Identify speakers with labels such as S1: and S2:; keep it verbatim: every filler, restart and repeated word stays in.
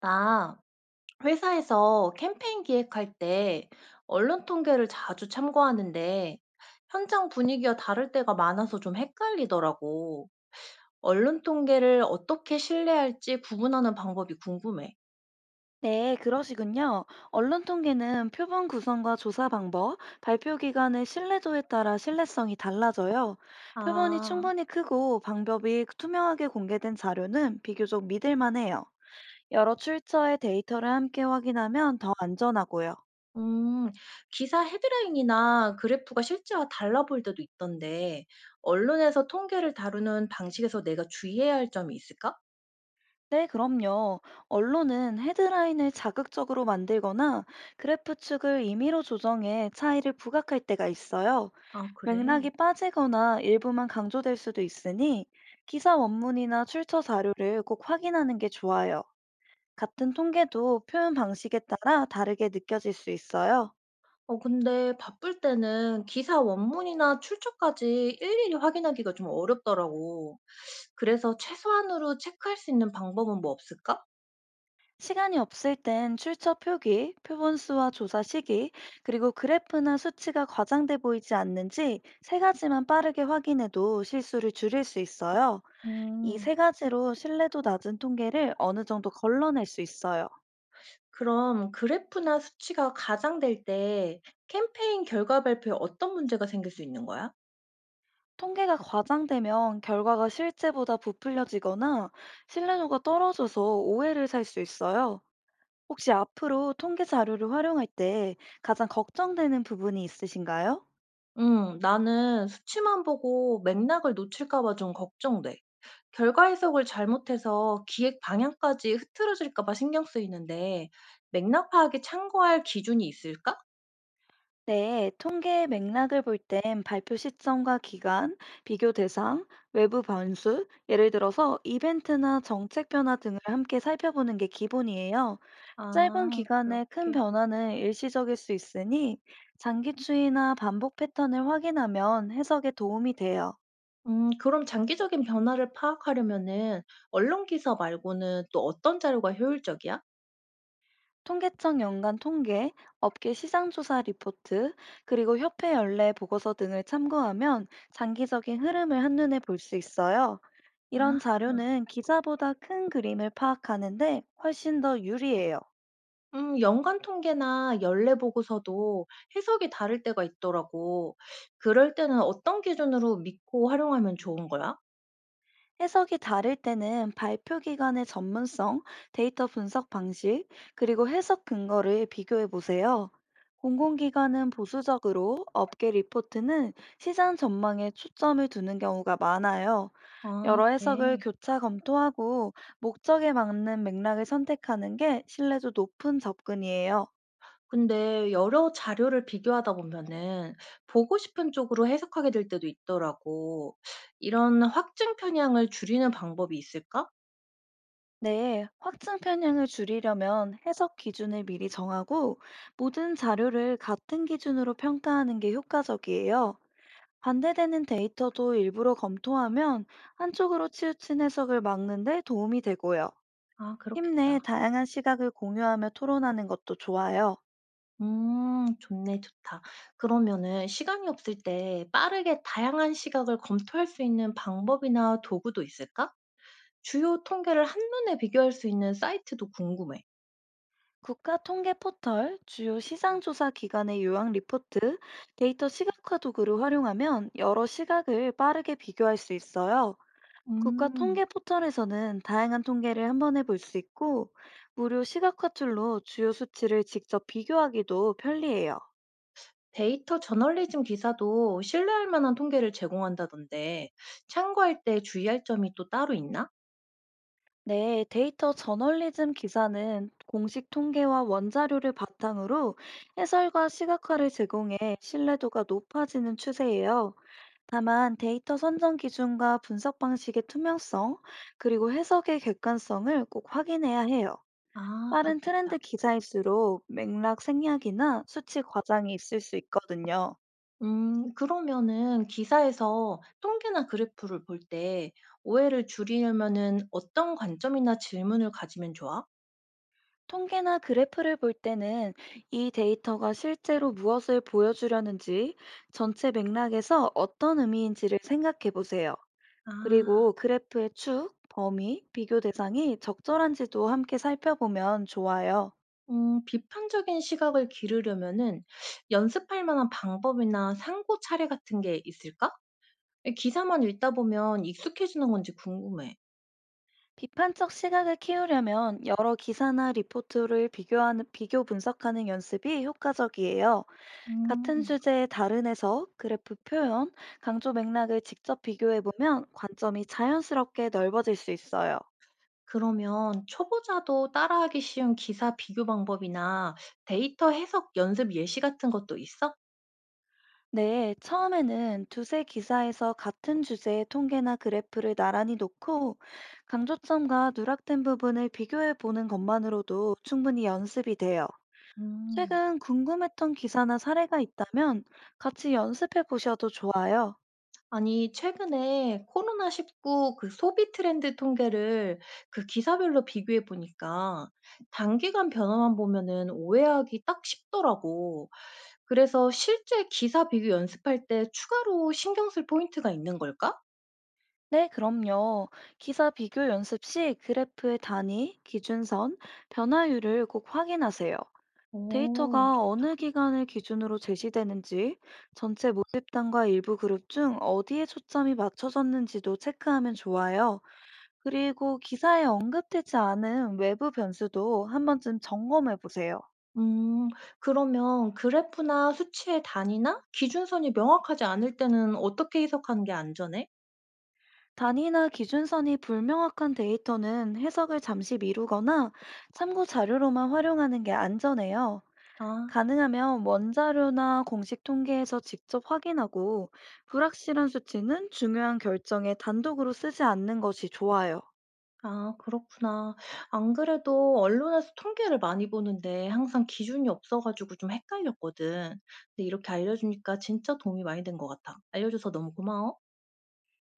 S1: 나 회사에서 캠페인 기획할 때 언론 통계를 자주 참고하는데 현장 분위기가 다를 때가 많아서 좀 헷갈리더라고. 언론 통계를 어떻게 신뢰할지 구분하는 방법이 궁금해.
S2: 네, 그러시군요. 언론 통계는 표본 구성과 조사 방법, 발표 기관의 신뢰도에 따라 신뢰성이 달라져요. 표본이
S1: 아,
S2: 충분히 크고 방법이 투명하게 공개된 자료는 비교적 믿을만해요. 여러 출처의 데이터를 함께 확인하면 더 안전하고요.
S1: 음, 기사 헤드라인이나 그래프가 실제와 달라 보일 때도 있던데 언론에서 통계를 다루는 방식에서 내가 주의해야 할 점이 있을까?
S2: 네, 그럼요. 언론은 헤드라인을 자극적으로 만들거나 그래프 축을 임의로 조정해 차이를 부각할 때가 있어요.
S1: 아,
S2: 맥락이
S1: 그래.
S2: 빠지거나 일부만 강조될 수도 있으니 기사 원문이나 출처 자료를 꼭 확인하는 게 좋아요. 같은 통계도 표현 방식에 따라 다르게 느껴질 수 있어요.
S1: 어 근데 바쁠 때는 기사 원문이나 출처까지 일일이 확인하기가 좀 어렵더라고. 그래서 최소한으로 체크할 수 있는 방법은 뭐 없을까?
S2: 시간이 없을 땐 출처 표기, 표본 수와 조사 시기, 그리고 그래프나 수치가 과장돼 보이지 않는지 세 가지만 빠르게 확인해도 실수를 줄일 수 있어요. 이
S1: 음,
S2: 세 가지로 신뢰도 낮은 통계를 어느 정도 걸러낼 수 있어요.
S1: 그럼 그래프나 수치가 가장될 때 캠페인 결과 발표에 어떤 문제가 생길 수 있는 거야?
S2: 통계가 과장되면 결과가 실제보다 부풀려지거나 신뢰도가 떨어져서 오해를 살 수 있어요. 혹시 앞으로 통계 자료를 활용할 때 가장 걱정되는 부분이 있으신가요?
S1: 음, 나는 수치만 보고 맥락을 놓칠까 봐 좀 걱정돼. 결과 해석을 잘못해서 기획 방향까지 흐트러질까 봐 신경 쓰이는데 맥락 파악에 참고할 기준이 있을까?
S2: 네, 통계의 맥락을 볼 땐 발표 시점과 기간, 비교 대상, 외부 변수, 예를 들어서 이벤트나 정책 변화 등을 함께 살펴보는 게 기본이에요. 짧은
S1: 아
S2: 기간에 큰
S1: 그렇게.
S2: 변화는 일시적일 수 있으니 장기 추이나 반복 패턴을 확인하면 해석에 도움이 돼요.
S1: 음 그럼 장기적인 변화를 파악하려면은 언론 기사 말고는 또 어떤 자료가 효율적이야?
S2: 통계청 연간 통계, 업계 시장조사 리포트, 그리고 협회 연례 보고서 등을 참고하면 장기적인 흐름을 한눈에 볼 수 있어요. 이런
S1: 아.
S2: 자료는 기자보다 큰 그림을 파악하는데 훨씬 더 유리해요.
S1: 음 연간 통계나 연례 보고서도 해석이 다를 때가 있더라고. 그럴 때는 어떤 기준으로 믿고 활용하면 좋은 거야?
S2: 해석이 다를 때는 발표 기관의 전문성, 데이터 분석 방식, 그리고 해석 근거를 비교해 보세요. 공공기관은 보수적으로, 업계 리포트는 시장 전망에 초점을 두는 경우가 많아요.
S1: 아
S2: 여러 해석을
S1: 그래.
S2: 교차 검토하고 목적에 맞는 맥락을 선택하는 게 신뢰도 높은 접근이에요.
S1: 근데 여러 자료를 비교하다 보면은 보고 싶은 쪽으로 해석하게 될 때도 있더라고. 이런 확증 편향을 줄이는 방법이 있을까?
S2: 네, 확증 편향을 줄이려면 해석 기준을 미리 정하고 모든 자료를 같은 기준으로 평가하는 게 효과적이에요. 반대되는 데이터도 일부러 검토하면 한쪽으로 치우친 해석을 막는 데 도움이 되고요.
S1: 아
S2: 힘내
S1: 그렇겠다.
S2: 다양한 시각을 공유하며 토론하는 것도 좋아요.
S1: 음 좋네. 좋다. 그러면은 시간이 없을 때 빠르게 다양한 시각을 검토할 수 있는 방법이나 도구도 있을까? 주요 통계를 한눈에 비교할 수 있는 사이트도 궁금해.
S2: 국가 통계 포털, 주요 시장 조사 기관의 요약 리포트, 데이터 시각화 도구를 활용하면 여러 시각을 빠르게 비교할 수 있어요. 국가
S1: 음.
S2: 통계 포털에서는 다양한 통계를 한 번에 볼 수 있고, 무료 시각 화툴로 주요 수치를 직접 비교하기도 편리해요.
S1: 데이터 저널리즘 기사도 신뢰할 만한 통계를 제공한다던데 참고할 때 주의할 점이 또 따로 있나?
S2: 네, 데이터 저널리즘 기사는 공식 통계와 원자료를 바탕으로 해설과 시각화를 제공해 신뢰도가 높아지는 추세예요. 다만 데이터 선정 기준과 분석 방식의 투명성, 그리고 해석의 객관성을 꼭 확인해야 해요.
S1: 아,
S2: 빠른 트렌드
S1: 그렇겠다.
S2: 기사일수록 맥락 생략이나 수치 과장이 있을 수 있거든요.
S1: 음, 그러면은 기사에서 통계나 그래프를 볼 때 오해를 줄이려면은 어떤 관점이나 질문을 가지면 좋아?
S2: 통계나 그래프를 볼 때는 이 데이터가 실제로 무엇을 보여주려는지 전체 맥락에서 어떤 의미인지를 생각해 보세요.
S1: 아.
S2: 그리고 그래프의 축, 범위, 비교 대상이 적절한지도 함께 살펴보면 좋아요.
S1: 음 비판적인 시각을 기르려면은 연습할 만한 방법이나 상고 차례 같은 게 있을까? 기사만 읽다 보면 익숙해지는 건지 궁금해.
S2: 비판적 시각을 키우려면 여러 기사나 리포트를 비교하는, 비교 분석하는 연습이 효과적이에요. 같은
S1: 음.
S2: 주제의 다른 해석, 그래프 표현, 강조 맥락을 직접 비교해 보면 관점이 자연스럽게 넓어질 수 있어요.
S1: 그러면 초보자도 따라하기 쉬운 기사 비교 방법이나 데이터 해석 연습 예시 같은 것도 있어?
S2: 네, 처음에는 두세 기사에서 같은 주제의 통계나 그래프를 나란히 놓고 강조점과 누락된 부분을 비교해 보는 것만으로도 충분히 연습이 돼요.
S1: 음.
S2: 최근 궁금했던 기사나 사례가 있다면 같이 연습해 보셔도 좋아요.
S1: 아니, 최근에 코로나 십구 그 소비 트렌드 통계를 그 기사별로 비교해 보니까 단기간 변화만 보면은 오해하기 딱 쉽더라고. 그래서 실제 기사 비교 연습할 때 추가로 신경 쓸 포인트가 있는 걸까?
S2: 네, 그럼요. 기사 비교 연습 시 그래프의 단위, 기준선, 변화율을 꼭 확인하세요.
S1: 오,
S2: 데이터가
S1: 좋다.
S2: 어느 기간을 기준으로 제시되는지, 전체 모집단과 일부 그룹 중 어디에 초점이 맞춰졌는지도 체크하면 좋아요. 그리고 기사에 언급되지 않은 외부 변수도 한 번쯤 점검해 보세요.
S1: 음, 그러면 그래프나 수치의 단위나 기준선이 명확하지 않을 때는 어떻게 해석하는 게 안전해?
S2: 단위나 기준선이 불명확한 데이터는 해석을 잠시 미루거나 참고 자료로만 활용하는 게 안전해요.
S1: 아.
S2: 가능하면 원자료나 공식 통계에서 직접 확인하고 불확실한 수치는 중요한 결정에 단독으로 쓰지 않는 것이 좋아요.
S1: 아 그렇구나. 안 그래도 언론에서 통계를 많이 보는데 항상 기준이 없어 가지고 좀 헷갈렸거든. 근데 이렇게 알려주니까 진짜 도움이 많이 된 것 같아. 알려줘서 너무 고마워.